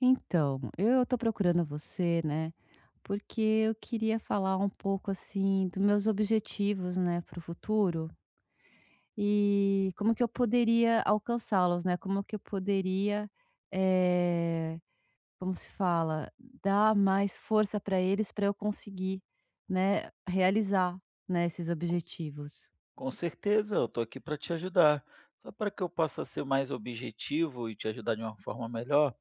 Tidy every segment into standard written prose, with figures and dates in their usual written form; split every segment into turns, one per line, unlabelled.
Então, eu tô procurando você, né? Porque eu queria falar um pouco assim dos meus objetivos, né, para o futuro e como que eu poderia alcançá-los, né? Como que eu poderia, eh, como se fala, dar mais força para eles para eu conseguir, né, realizar, né, esses
Co-
objetivos.
Com certeza, eu estou aqui para te ajudar. Só para que eu possa ser mais objetivo e te ajudar de uma forma melhor,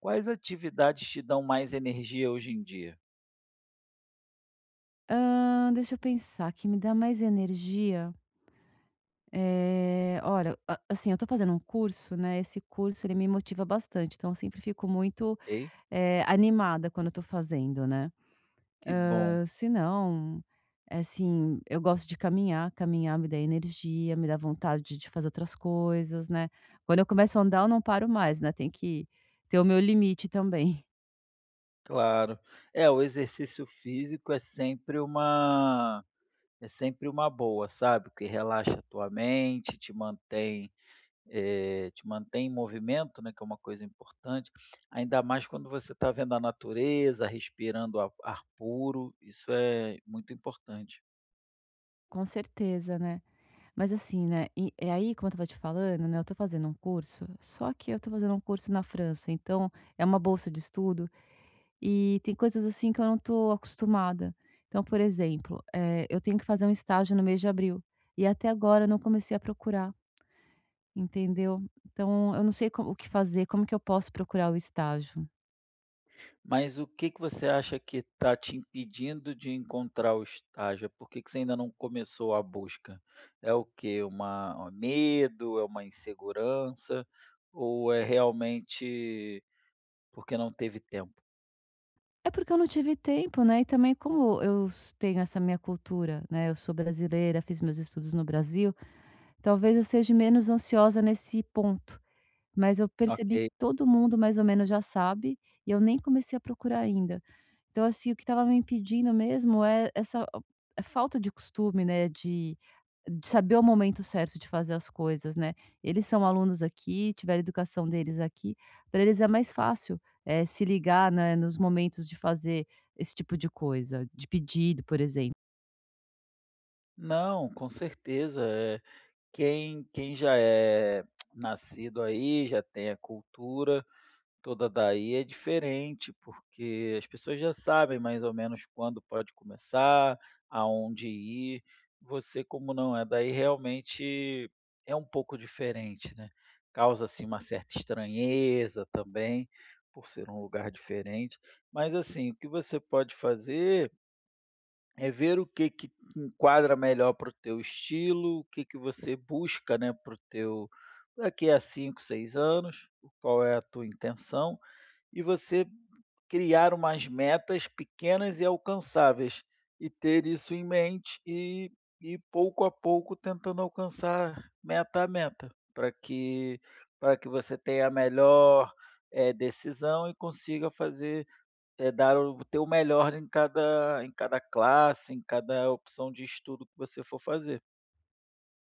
quais atividades te dão mais energia hoje em dia?
Deixa eu pensar, que me dá mais energia. Eh, olha, a assim, eu tô fazendo um curso, né, esse curso ele me motiva bastante, então eu sempre fico muito,
Ok?
animada quando eu tô fazendo, né.
Que bom,
Hã, se não, é assim, eu gosto de caminhar, caminhar me dá energia, me dá vontade de fazer outras coisas, né. Quando eu começo a andar eu não paro mais, né, tem que ter o meu limite também.
claro. É, o exercício físico é sempre uma boa, sabe? Que relaxa a tua mente, te mantém te mantém em movimento, né? Que é uma coisa importante. Ainda mais quando você está vendo a natureza, respirando ar puro, isso é muito importante.
Com certeza, né. Mas assim, né, e aí como eu estava te falando, né, eu tô fazendo um curso, só que eu tô fazendo um curso na França, então é uma bolsa de estudo. E tem coisas assim que eu não tô acostumada. Então, por exemplo, eu tenho que fazer um estágio no mês de abril e até agora eu não comecei a procurar, entendeu? Então, eu não sei como o que fazer, como que eu posso procurar o estágio.
Mas o que que você acha que está te impedindo de encontrar o estágio? Por que que você ainda não começou a busca? É o quê? Uma um medo, é uma insegurança ou é realmente porque não teve tempo?
É porque eu não tive tempo, né, e também como eu s tenho essa minha cultura, né, eu sou brasileira, fiz meus estudos no Brasil, talvez eu seja menos ansiosa nesse ponto, mas eu percebi que
Ok.
todo mundo mais ou menos já sabe e eu nem comecei a procurar ainda. Então, assim, o que estava me impedindo mesmo é essa é falta de costume, né, de saber o momento certo de fazer as coisas, né. Eles são alunos aqui, tiveram a educação deles aqui, para eles é mais fácil, se ligar, né, nos momentos de fazer esse tipo de coisa, de pedido, por exemplo.
Não, com certeza, quem já é nascido aí, já tem a cultura toda daí é diferente, porque as pessoas já sabem mais ou menos quando pode começar, aonde ir. Você, como não é daí, realmente é um pouco diferente, né? Causa assim uma certa estranheza também, por ser um lugar diferente. Mas assim, o que você pode fazer é ver o que que enquadra melhor para o teu estilo, o que que você busca, né, para o teu daqui a 5, 6 anos, qual é a tua intenção e você criar umas metas pequenas e alcançáveis e ter isso em mente e pouco a pouco tentando alcançar meta a meta, para que você tenha a melhor, decisão e consiga fazer, dar o teu melhor em cada classe, em cada opção de estudo que você for fazer.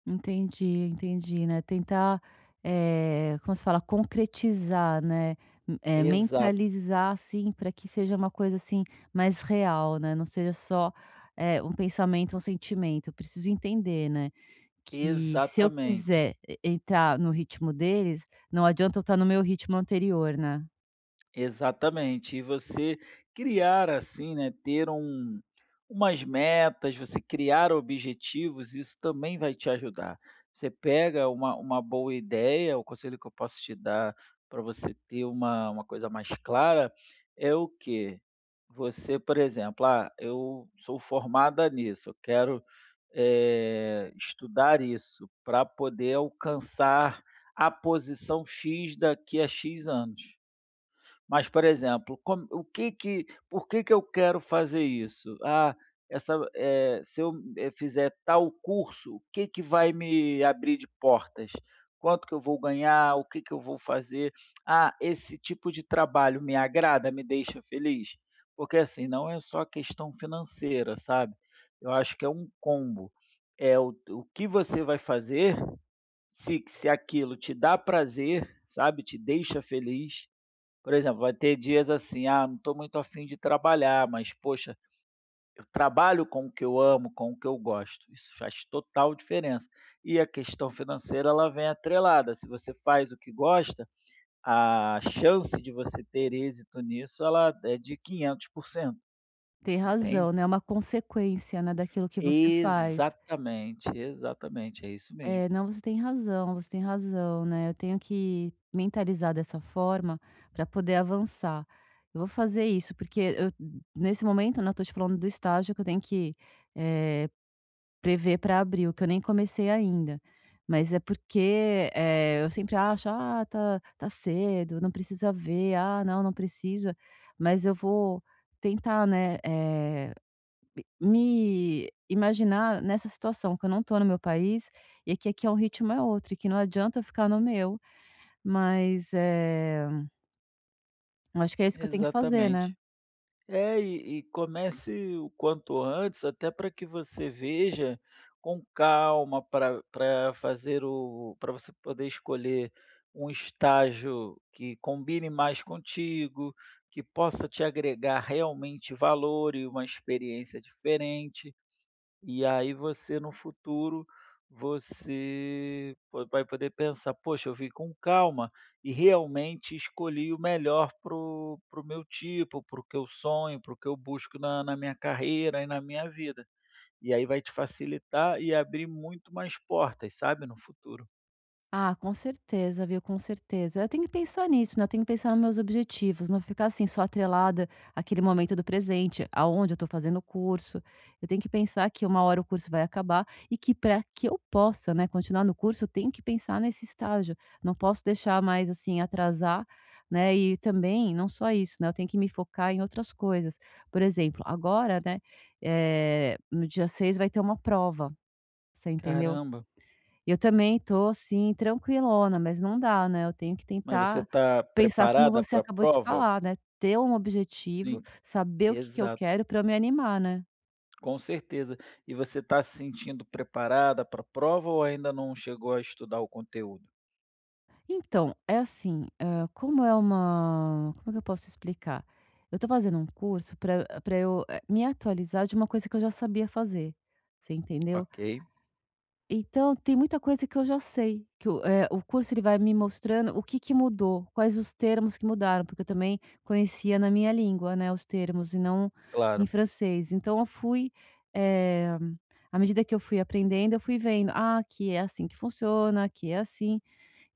Entendi, entendi, né, tentar, eh, como se fala? Concretizar, né,
Exato,
mentalizar, assim, para que seja uma coisa, assim, mais real, né, não seja só, um pensamento, um sentimento. Eu preciso entender, né, que se eu
exatamente.
quiser e entrar no ritmo deles, não adianta eu estar no meu ritmo anterior, né.
Exatamente. E você criar assim, né, ter um umas metas, você criar objetivos, isso também vai te ajudar. Você pega uma boa ideia, o conselho que eu posso te dar para você ter uma coisa mais clara é o que você, por exemplo: "Ah, eu sou formada nisso, eu quero, estudar isso para poder alcançar a posição X daqui a X anos". Mas, por exemplo, como o que que por que que eu quero fazer isso? Ah, essa se eu, fizer tal curso, o que que vai me abrir de portas? Quanto que eu vou ganhar? O que que eu vou fazer? Ah, esse tipo de trabalho me agrada, me deixa feliz? Porque, assim, não é só questão financeira, sabe. Eu acho que é um combo. É o que você vai fazer, se aquilo te dá prazer, sabe, te deixa feliz, por exemplo, vai ter dias assim: "Ah, não estou muito afim de trabalhar", mas poxa, eu trabalho com o que eu amo, com o que eu gosto. Isso faz total diferença. E a questão financeira, ela vem atrelada. Se você faz o que gosta, a chance de você ter êxito nisso, ela é de 500%,
Tem razão,
entende?
né, é uma consequência, né, daquilo que você faz.
Exatamente, exatamente, é isso mesmo.
É, não, você tem razão, né? Eu tenho que mentalizar dessa forma para poder avançar. Eu vou fazer isso, porque eu, nesse momento, né, eu tô te falando do estágio que eu tenho que eh, prever para abril, que eu nem comecei ainda. Mas é porque eu sempre acho, ah, tá, tá cedo, não precisa ver, ah, não, não precisa. Mas eu vou tentar, né? Me imaginar nessa situação, que eu não tô no meu país, e que aqui é um ritmo é outro, e que não adianta eu ficar no meu, mas, eu acho que é isso que eu tenho que fazer, né.
Exatamente. É, e comece o quanto antes, até para que você veja com calma, para fazer o para você poder escolher um estágio que combine mais contigo, que possa te agregar realmente valor e uma experiência diferente. E aí você no futuro, você po vai poder pensar: "Poxa, eu vim com calma e realmente escolhi o melhor para o meu tipo, para o que eu sonho, para o que eu busco na minha carreira e na minha vida". E aí vai te facilitar e abrir muito mais portas, sabe, no futuro.
Ah, com certeza, viu, com certeza. Eu tenho que pensar nisso, né, eu tenho que pensar nos meus objetivos, não ficar, assim, só atrelada àquele momento do presente, aonde eu estou fazendo o curso. Eu tenho que pensar que uma hora o curso vai acabar e que para que eu possa, né, continuar no curso, eu tenho que pensar nesse estágio. Não posso deixar mais, assim, atrasar, né, e também não só isso, né, eu tenho que me focar em outras coisas. Por exemplo, agora, né, no dia 6 vai ter uma prova, você entendeu?
Caramba,
Eu também tô, assim, tranquilona, mas não dá, né, eu tenho que
mas você
tentar
está
pensar como
preparada
você
para a
acabou de
prova?
falar, né, ter um objetivo,
Sim,
saber o que que eu
exato,
quero para eu me animar, né.
com certeza. E você está se sentindo preparada para a prova ou ainda não chegou a estudar o conteúdo?
Então, é assim, hã, como é que eu posso explicar? Eu tô fazendo um curso para eu, me atualizar de uma coisa que eu já sabia fazer, você entendeu?
Ok,
Então, tem muita coisa que eu já sei, que o curso ele vai me mostrando o que que mudou, quais os termos que mudaram, porque eu também conhecia na minha língua, né, os termos e não em
claro,
francês. Então eu fui, eh, à medida que eu fui aprendendo, eu fui vendo, ah, aqui é assim que funciona, aqui é assim.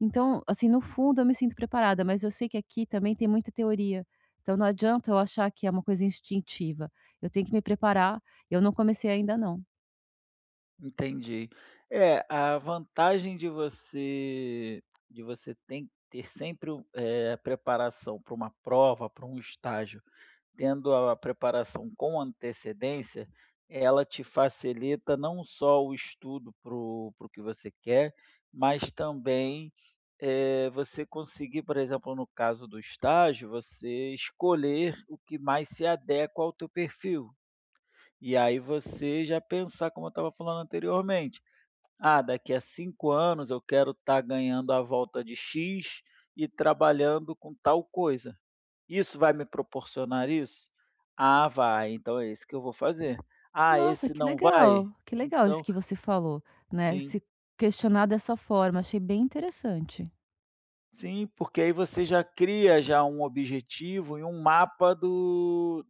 Então, assim, no fundo eu me sinto preparada, mas eu sei que aqui também tem muita teoria. Então não adianta eu achar que é uma coisa instintiva. Eu tenho que me preparar, eu não comecei ainda não.
entendi. É, a vantagem de você tem ter sempre o a preparação para uma prova, para um estágio, tendo a preparação com antecedência, ela te facilita não só o estudo para o que você quer, mas também, você conseguir, por exemplo, no caso do estágio, você escolher o que mais se adequa ao teu perfil. E aí você já pensar, como eu estava falando anteriormente: "Ah, daqui a 5 anos eu quero estar ganhando a volta de X e trabalhando com tal coisa. Isso vai me proporcionar isso? Ah, vai, então é isso que eu vou fazer. Ah,
Nossa,
esse não vai?
que legal isso
Então".
que você falou, né,
Sim,
se questionar dessa forma, achei bem interessante.
sim, porque aí você já cria já um objetivo e um mapa do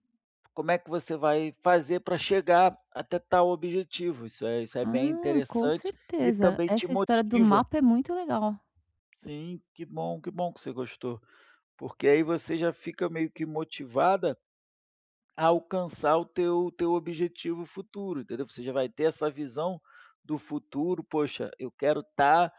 como é que você vai fazer para chegar até tal objetivo? Isso é bem
Ah, com
interessante e
certeza,
também te
essa história do
motiva.
mapa é muito legal.
Sim, que bom, que bom que você gostou, porque aí você já fica meio que motivada a alcançar o teu objetivo futuro, entendeu? Você já vai ter essa visão do futuro: "Poxa, eu quero estar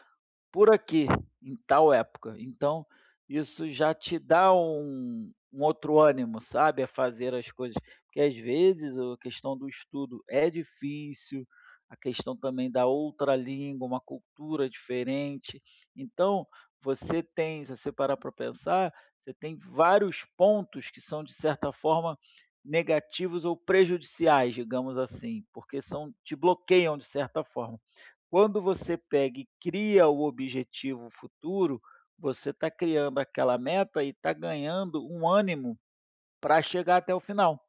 por aqui, em tal época". Então, isso já te dá um outro ânimo, sabe, a fazer as coisas. Porque às vezes a questão do estudo é difícil, a questão também da outra língua, uma cultura diferente. Então, você tem se você parar para pensar, você tem vários pontos que são, de certa forma, negativos ou prejudiciais, digamos assim, porque são te bloqueiam de certa forma. Quando você pega e cria o objetivo futuro, você está criando aquela meta e está ganhando um ânimo para chegar até o final.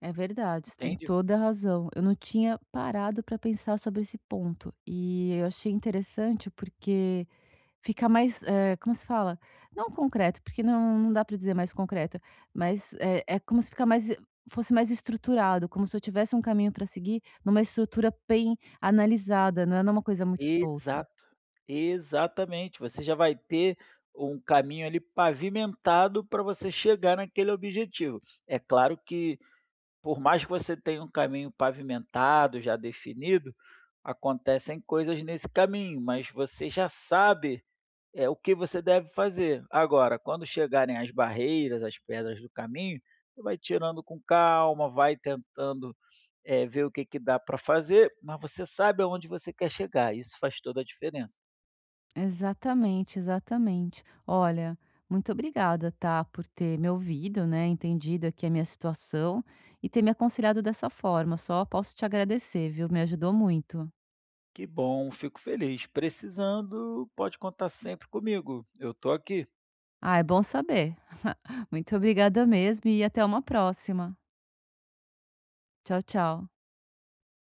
É verdade, você tem
Entende?
toda a razão. Eu não tinha parado para pensar sobre esse ponto, e eu achei interessante porque fica mais, eh, como se fala? Não concreto, porque não dá para dizer mais concreto, mas é como se fica mais fosse mais estruturado, como se eu tivesse um caminho para seguir numa estrutura bem analisada, não é numa coisa muito solta.
Exato, exatamente. Você já vai ter um caminho ali pavimentado para você chegar naquele objetivo. É claro que, por mais que você tenha um caminho pavimentado, já definido, acontecem coisas nesse caminho, mas você já sabe é o que você deve fazer. Agora, quando chegarem as barreiras, as pedras do caminho, você vai tirando com calma, vai tentando, ver o que que dá para fazer, mas você sabe aonde você quer chegar, isso faz toda a diferença.
Exatamente, exatamente. Olha, muito obrigada, tá, por ter me ouvido, né, entendido aqui a minha situação e ter me aconselhado dessa forma, só posso te agradecer, viu, me ajudou muito.
Que bom, fico feliz. Precisando, pode contar sempre comigo, eu estou aqui.
Ah, é bom saber. Muito obrigada mesmo e até uma próxima. Tchau, tchau.